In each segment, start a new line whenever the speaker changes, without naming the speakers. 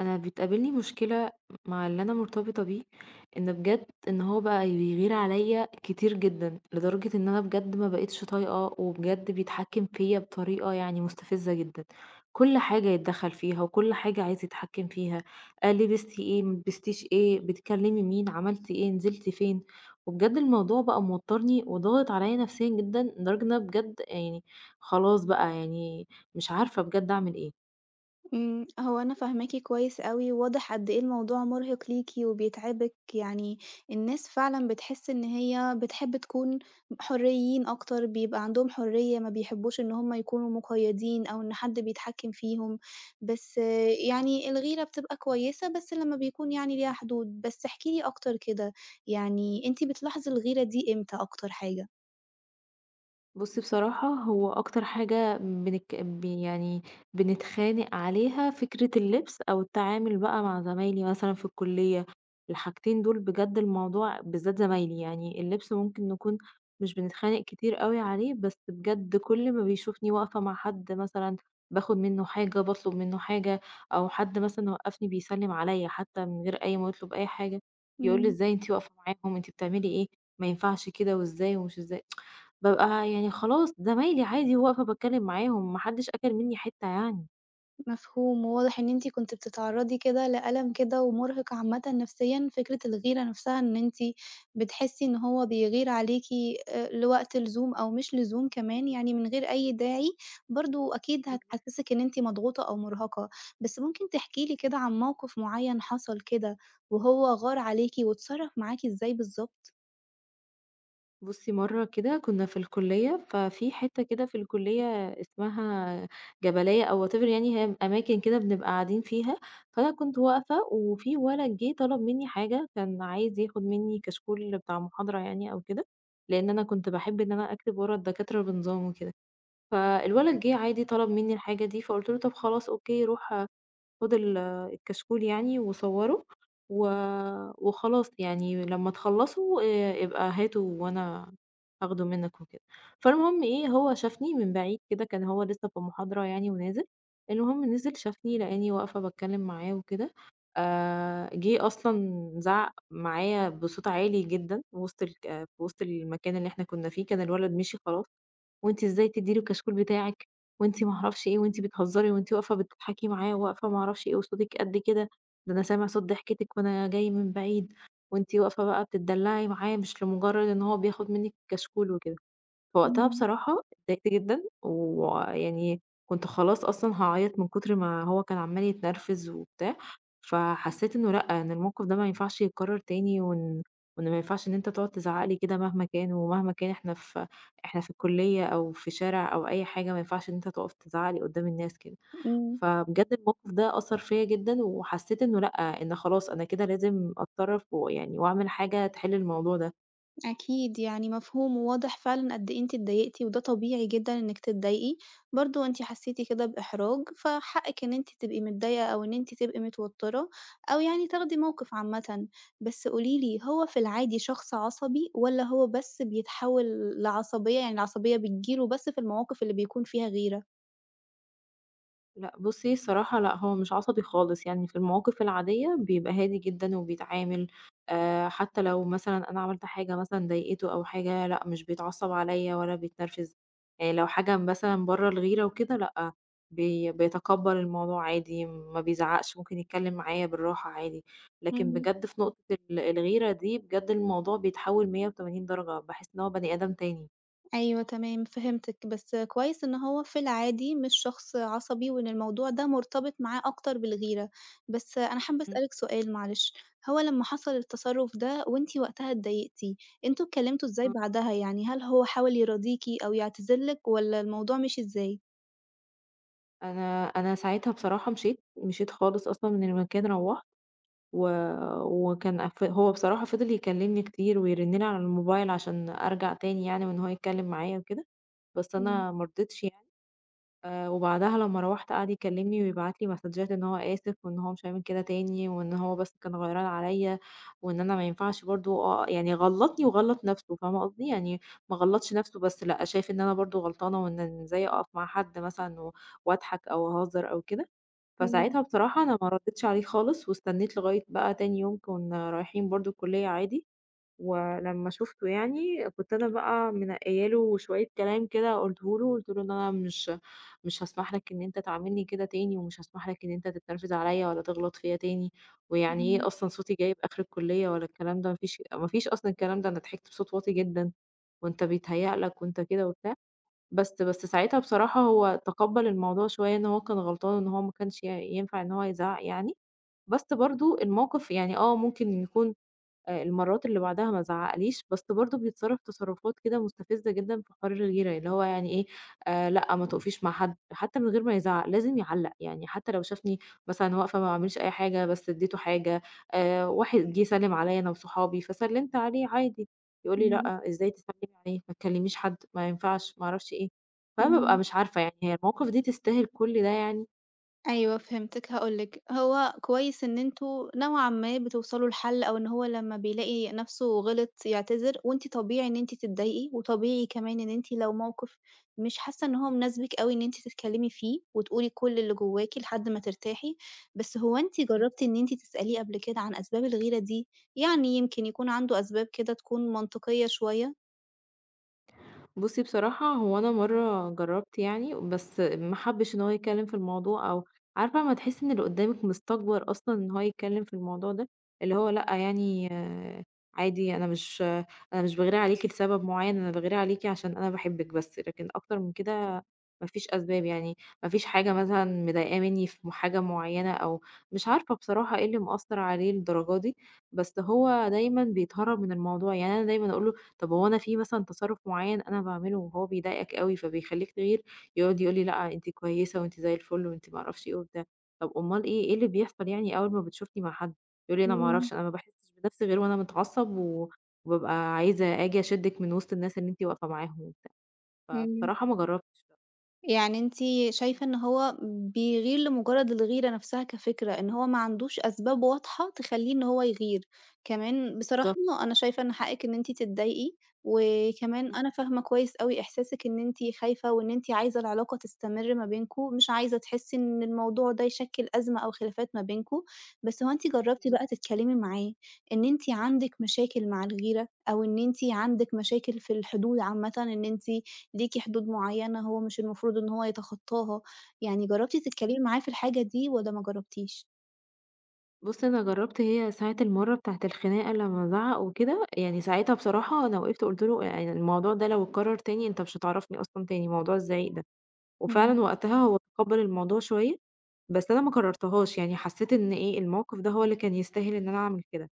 أنا بتقابلني مشكلة مع اللي أنا مرتبطة بيه، إن بجد إن هو بقى بيغير عليّا كتير جدًا، لدرجة إن أنا بجد ما بقيتش طايقاه، وبجد بيتحكم فيّا بطريقة يعني مستفزة جدًا، كل حاجة يتدخّل فيها، وكل حاجة عايز يتحكم فيها، لبستِ إيه، ما لبستيش إيه، بتكلمي مين، عملتِ إيه، نزلتِ فين، وبجد الموضوع بقى موترني وضاغط عليّا نفسيًا جدًا، لدرجة إن أنا بجد يعني خلاص بقى يعني مش عارفة بجد أعمل إيه.
هو أنا فاهماكِ كويس أوي، واضح قد إيه الموضوع مرهق ليكِ وبيتعبِك، يعني الناس فعلًا بتحس إن هي بتحب تكون حُريين أكتر، بيبقى عندهم حُرية، ما بيحبوش إن هم يكونوا مُقيّدين أو إن حد بيتحكّم فيهم، بس آه، يعني الغيرة بتبقى كويسة بس لمّا بيكون يعني ليها حدود، بس احكي لي أكتر كده، يعني أنتِ بتلاحظي الغيرة دي إمتى أكتر حاجة؟
بُصّي بصراحة هو أكتر حاجة بنك ب يعني بنتخانق عليها فكرة اللبس أو التعامل بقى مع زمايلي مثلًا في الكلية، الحاجتين دول بجد الموضوع بالذات زمايلي، يعني اللبس ممكن نكون مش بنتخانق كتير أوي عليه، بس بجد كل ما بيشوفني واقفة مع حد مثلًا باخد منه حاجة، باطلب منه حاجة، أو حد مثلًا وقّفني بيسلم عليَّ حتى من غير أي ما يطلب أي حاجة، يقول لي:
إمم.
"إزاي أنتِ واقفة معاهم؟ أنتِ بتعملي إيه؟ ما ينفعش كده." وإزاي ومش إزاي. بابقى يعني خلاص زمايلي عادي واقفة باتكلّم معاهم، ما حدّش أكل منّي حتّة يعني.
مفهوم، وواضح إن أنتِ كنتِ بتتعرّضي كده لألم كده ومُرهِق عامةً نفسيًا، فكرة الغيرة نفسها إن أنتِ بتحسّي إن هو بيغير عليكِ لوقت لزوم أو مش لزوم كمان، يعني من غير أي داعي، برضه أكيد
بالضبط.
هتحسّسِك إن أنتِ مضغوطة أو مُرهَقة. بس ممكن تحكي لي كده عن موقِف معيّن حصل كده وهو غار عليكِ واتصرّف معاكِ إزاي بالضبط؟
بُصّي مرّة كده كنّا في الكلّية، ففي حتّة كده في الكلّية اسمها جبلية أو whatever يعني هي أماكن كده بنبقى قاعدين فيها، فأنا كنت واقفة وفي ولد جِه طلب منّي حاجة، كان عايز ياخُد منّي كشكول بتاع محاضرة يعني أو كده، لإن أنا كنت باحب إن أنا أكتب ورا الدكاترة بنظام وكده. فالولد جِه عادي طلب منّي الحاجة دي، فقُلت له: "طَب خلاص أوكي روح خد الكشكول يعني وصوّره و وخلاص يعني لمّا تخلّصوا ابقى هاته وأنا هاخده منّك وكده. فالمهم إيه، هو شافني من بعيد كده، كان هو لسّه في محاضرة يعني ونازل، المهم نزل شافني لقاني واقفة باتكلّم معاه وكده، جِه أصلًا زعّق معايا بصوت عالي جدًا وسط في وسط المكان اللي إحنا كُنّا فيه، كان الولد مشي خلاص. وأنتِ إزاي تديري الكشكول بتاعِك، وأنتِ ما أعرفش إيه، وأنتِ بتهزري وأنتِ واقفة بتضحكي معاه، واقفة ما أعرفش إيه، وصوتِك قد كده، ده أنا سامع صوت ضحكتِك وأنا جاي من بعيد، وأنتِ واقفة بقى بتتدلعي معاه مش لمجرد إن هو بياخد منِّك الكشكول وكده. فوقتها
إمم،
بصراحة اتضايقت جدًا، ويعني كنت خلاص أصلًا هاعيط من كتر ما هو كان عمّال يتنرفز وبتاع، فحسيت إنه لأ، إن الموقف ده ما ينفعش يتكرر تاني، وإن ما ينفعش إن أنت تقعد تزعّق لي كده مهما كان، ومهما كان إحنا في الكلية أو في شارع أو أي حاجة، ما ينفعش إن أنت تقف تزعّق لي قدّام الناس كده.
إمم.
فبجد الموقف ده أثّر فيّا جدًا، وحسيت إنه لأ، إن خلاص أنا كده لازم أتصرّف ويعني وأعمل حاجة تحل الموضوع ده.
أكيد، يعني مفهوم وواضح فعلًا قد إيه أنتِ اتضايقتِ، وده طبيعي جدًا إنِّك تتضايقي، برضه أنتِ حسيتِ كده بإحراج، فحقِّك إن أنتِ تبقي متضايقة أو إن أنتِ تبقي متوترة، أو يعني تاخدي موقف عامةً. بس قولي لي، هو في العادي شخص عصبي والّا هو بس بيتحول لعصبية، يعني العصبية بتيجي له بس في المواقف اللي بيكون فيها غيرة؟
لأ بُصّي الصراحة لأ، هو مش عصبي خالص، يعني في المواقف العادية بيبقى هادي جدًا وبيتعامل حتى لو مثلًا أنا عملت حاجة مثلًا ضايقته أو حاجة، لأ مش بيتعصب عليّا ولا بيتنرفز، يعني لو حاجة مثلًا برّه الغيرة وكده لأ، بيتقبّل الموضوع عادي، ما بيزعّقش، ممكن يتكلّم معايا بالراحة عادي، لكن
إمم.
بجد في نقطة الغيرة دي بجد الموضوع بيتحوّل 180 درجة، باحس إن هو بني آدم تاني.
أيوه تمام، فهمتِك، بس كويس إن هو في العادي مش شخص عصبي وإن الموضوع ده مرتبط معاه أكتر بالغيرة، بس أنا حابة
إمم،
أسألِك سؤال معلش، هو لمّا حصل التصرُّف ده وأنتِ وقتها اتضايقتِ، أنتم اتكلمتوا إزاي
آه.
بعدها يعني؟ هل هو حاول يراضيكِ أو يعتذر لِك والّا الموضوع مشي إزاي؟
أنا ساعتها بصراحة مشيت، مشيت خالص أصلًا من المكان روّحت و وكان هو بصراحة فضل يكلمني كتير ويرن لي على الموبايل عشان أرجع تاني يعني وإن هو يتكلم معايا وكده، بس
إمم،
أنا ما رضيتش يعني، وبعدها لمّا روّحت قعد يكلمني ويبعت لي مسدجات إن هو آسف وإن هو مش هيعمل كده تاني وإن هو بس كان غيران عليّا وإن أنا ما ينفعش برضه آه، يعني غلّطني وغلّط نَفْسه فاهمة قصدي؟ يعني ما غلّطش نَفْسه بس لأ، شايف إن أنا برضه غلطانة وإن إزاي أقف مع حد مثلًا و واضحك أو أهزر أو كده
إمم،
فساعتها بصراحة أنا ما ردّيتش عليه خالص واستنّيت لغاية بقى تاني يوم كُنّا رايحين برضه الكُلّية عادي، ولمّا شُفته يعني كنت أنا بقى منقّية له شوية كلام كده قُلته له، قُلت له إن أنا مش هاسمح لك إن أنت تعاملني كده تاني ومش هاسمح لك إن أنت تتنرفز عليّا ولا تغلط فيّا تاني، ويعني
إمم،
إيه أصلًا صوتي جايب آخر الكُلّية ولا الكلام ده ما فيش أصلًا الكلام ده أنا ضحكت بصوت واطي جدًا وأنت بيتهيأ لك وأنت كده وبتاع. بس ساعتها بصراحة هو تقبّل الموضوع شوية إن هو كان غلطان، إن هو ما كانش ينفع إن هو يزعّق يعني، بس برضه الموقف يعني ممكن يكون المرّات اللي بعدها ما زعّقليش، بس برضه بيتصرّف تصرُّفات كده مستفزة جدًا في حوار الغيرة، اللي هو يعني إيه، لأ ما تُقفيش مع حد، حتّى من غير ما يزعّق، لازم يعلّق، يعني حتّى لو شافني مثلًا واقفة ما باعملش أي حاجة بس ادّيته حاجة، واحد جِه سلِّم عليَّ أنا وصحابي، فسلِّمت عليه عادي، يقول لي:
إمم،
"لأ، إزاي تسلِّمي عليه، ما تكلّميش حد، ما ينفعش،" ما أعرفش إيه، فأنا بابقى
إمم.
مش عارفة يعني هي المواقف دي تستاهل كل ده يعني؟!
أيوه فهمتِك، هاقول لِك، هو كويس إن أنتم نوعًا ما بتوصلوا لحل أو إن هو لمّا بيلاقي نَفْسه غلط يعتذر، وأنتِ طبيعي إن أنتِ تتضايقي، وطبيعي كمان إن أنتِ لو موقِف مش حاسة إن هو مناسبِك أوي إن أنتِ تتكلّمي فيه وتقولي كل اللي جواكِ لحد ما ترتاحي، بس هو أنتِ جرّبتِ إن أنتِ تسأليه قبل كده عن أسباب الغيرة دي؟ يعني يمكن يكون عنده أسباب كده تكون منطقية شوية.
بُصّي بصراحة هو أنا مرّة جرّبت يعني، بس ما حبّش إن هو يتكلّم في الموضوع أو عارفة أمّا تحسّي إن اللي قدّامِك مستكبر أصلًا إن هو يتكلّم في الموضوع ده، اللي هو لأ يعني عادي أنا مش باغير عليكِ لسبب معيّن، أنا باغير عليكِ عشان أنا باحبِّك بس، لكن أكتر من كده ما فيش أسباب يعني، ما فيش حاجة مثلًا مضايقاه منّي في حاجة معيّنة أو مش عارفة بصراحة إيه اللي مأثّر عليه للدرجة دي، بس هو دايمًا بيتهرّب من الموضوع، يعني أنا دايمًا أقول له طب هو أنا في مثلًا تصرُّف معيّن أنا باعمله وهو بيضايقك أوي فبيخلّيك تغير؟ يقعد يقول لي: "لأ، أنتِ كويسة وأنتِ زي الفل وأنتِ ما أعرفش إيه وبتاع." طب أُمّال إيه، إيه اللي بيحصل يعني أول ما بتشوفني مع حد؟ يقول لي: "أنا ما
إمم،
أعرفش، أنا ما باحسّش بنَفْسي غير وأنا متعصّب و وبابقى عايزة آجي أشدِّك من وسط الناس اللي أنتِ واقفة معاهم وبتاع."
إمم.
فبصراحة ما جرّبتش بقى.
يعني أنتِ شايفة إن هو بيغير لمجرد الغيرة نفسها كفكرة، إن هو ما عندوش أسباب واضحة تخلّيه إن هو يغير، كمان بصراحة
بالضبط،
أنا شايفة إن حقِك إن أنتِ تتضايقي، وكمان
إمم،
أنا فاهمة كويس أوي إحساسِك إن أنتِ خايفة وإن أنتِ عايزة العلاقة تستمر ما بينكم، مش عايزة تحسّي إن الموضوع ده يشكّل أزمة أو خلافات ما بينكم، بس هو أنتِ جرّبتِ بقى
بالضبط.
تتكلمي معاه إن أنتِ عندِك مشاكل مع الغيرة، أو إن أنتِ عندِك مشاكل في الحدود عامةً إن أنتِ ليكِ حدود معيّنة هو مش المفروض إن هو يتخطاها، يعني جرّبتِ تتكلمي معاه في الحاجة دي والّا ما جرّبتيش؟
بُص، أنا جرّبت هي ساعة المَرّة بتاعة الخناقة لمّا زعّق وكده، يعني ساعتها بصراحة أنا وقفت قُلت له: "يعني الموضوع ده لو اتكرّر تاني أنت مش هتعرفني أصلًا تاني، موضوع الزعيق ده." وفعلًا وقتها هو تقبّل الموضوع شوية، بس أنا ما كررتهاش، يعني حسّيت إن إيه، الموقف ده هو اللي كان يستاهل إن أنا أعمل كده،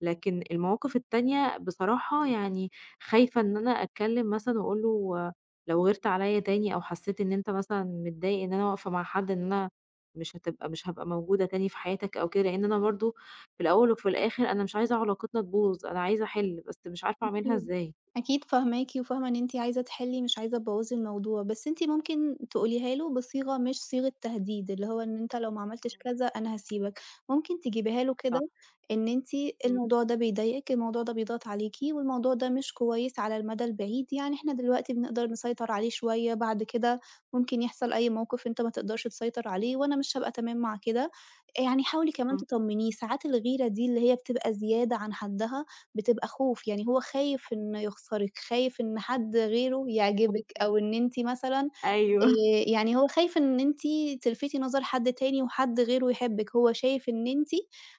لكن المواقف التانية بصراحة يعني خايفة إن أنا أتكلّم مثلًا وأقول له لو غِيرت عليّا تاني أو حسّيت إن أنت مثلًا متضايق إن أنا واقفة مع حد، إن أنا مش هابقى موجودة تاني في حياتك أو كده، لإن أنا برضه في الأول وفي الآخر أنا مش عايزة علاقتنا تبوظ، أنا عايزة أحِل، بس مش عارفة أعملها
أكيد،
إزاي.
أكيد فاهماكِ وفاهمة إن أنتِ عايزة تحلّي مش عايزة تبوّظي الموضوع، بس أنتِ ممكن تقوليها له بصيغة مش صيغة تهديد، اللي هو إن أنت لو ما عملتش كذا أنا هاسيبك، ممكن تجيبيها له كده
صح.
إن أنتِ
إمم،
الموضوع ده بيضايقِك، الموضوع ده بيضغط عليكِ، والموضوع ده مش كويس على المدى البعيد، يعني إحنا دلوقتي بنقدر نسيطر عليه شوية، بعد كده ممكن يحصل أي موقف أنت ما تقدرش تسيطر عليه، وأنا مش هابقى تمام مع كده، يعني حاولي كمان
آه.
تطمنيه، ساعات الغيرة دي اللي هي بتبقى زيادة عن حدها بتبقى خوف، يعني هو خايف إنه يخسرِك، خايف إن حد غيره يعجبِك
ممكن.
أو إن أنتِ مثلًا
أيوه.
يعني هو خايف إن أنتِ تلفتي نظر حد تاني وحد غيره يحبِّك، هو شايف إن أنتِ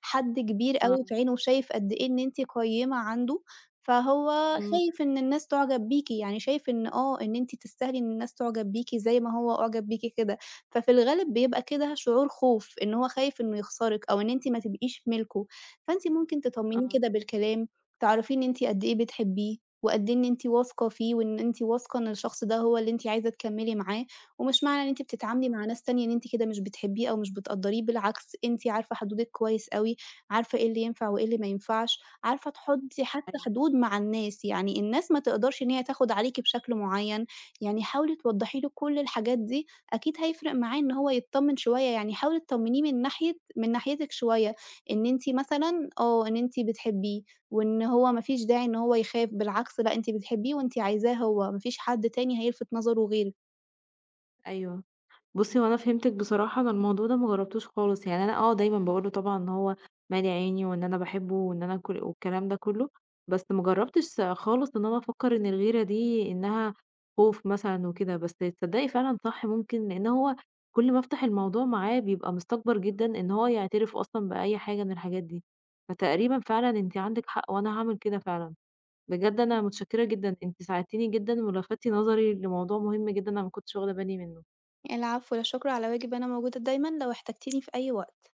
حد كبير أوي
آه،
في عينه وشايف قد إيه إن أنتِ قيّمة عنده، فهو
إمم.
خايف إن الناس تعجب بيكِ، يعني شايف إن آه، إن أنتِ تستاهلي إن الناس تعجب بيكِ زي ما هو أُعجب بيكِ كده، ففي الغالب بيبقى كده شعور خوف، إن هو خايف إنه يخسرِك أو إن أنتِ ما تبقيش ملكه، فأنتِ ممكن تطمنيه
آه،
كده بالكلام، تعرّفيه إن أنتِ قد إيه بتحبيه وقد إيه إن أنتِ واثقة فيه وإن أنتِ واثقة إن الشخص ده هو اللي أنتِ عايزة تكمّلي معاه، ومش معنى إن أنتِ بتتعاملي
آه،
مع ناس تانية إن أنتِ كده مش بتحبيه أو مش بتقدّريه، بالعكس أنتِ عارفة حدودِك كويس أوي، عارفة إيه اللي ينفع وإيه اللي ما ينفعش، عارفة تحطّي حتى
أيوه،
حدود مع الناس، يعني الناس ما تقدرش إن هي تاخد عليكِ بشكل معيّن، يعني حاولي توضّحي له كل الحاجات دي، أكيد هيفرق معاه إن هو يتطمّن شوية، يعني حاولي تطمّنيه من ناحية من ناحيتِك شوية، إن أنتِ مثلًا آه، إن أنتِ بتحبيه وإن هو ما فيش داعي إن هو يخاف، بالعكس لأ أنتِ بتحبيه وأنتِ عايزاه هو، ما فيش حد تاني هيلفت نظره غيرِك.
أيوه. بُصّي، هو أنا فهمتِك بصراحة، أنا الموضوع ده ما جرّبتوش خالص، يعني أنا دايمًا باقول له طبعًا إن هو مالي عيني وإن أنا باحبه وإن أنا كل والكلام ده كلّه، بس ما جرّبتش خالص إن أنا أفكّر إن الغيرة دي إنها خوف مثلًا وكده، بس تصدّقي فعلًا صح ممكن، لإن هو كل ما أفتح الموضوع معاه بيبقى مستكبر جدًا إن هو يعترف أصلًا بأي حاجة من الحاجات دي، فتقريبًا فعلًا أنتِ عندِك حق وأنا هاعمل كده فعلًا. بجد أنا متشكرة جدًا، أنتِ ساعدتيني جدًا ولفتِ نظري لموضوع مهم جدًا أنا ما كنتش واخدة بالي منه.
العفو، لا شكر على واجب، أنا موجودة دايمًا لو احتجتيني في أي وقت.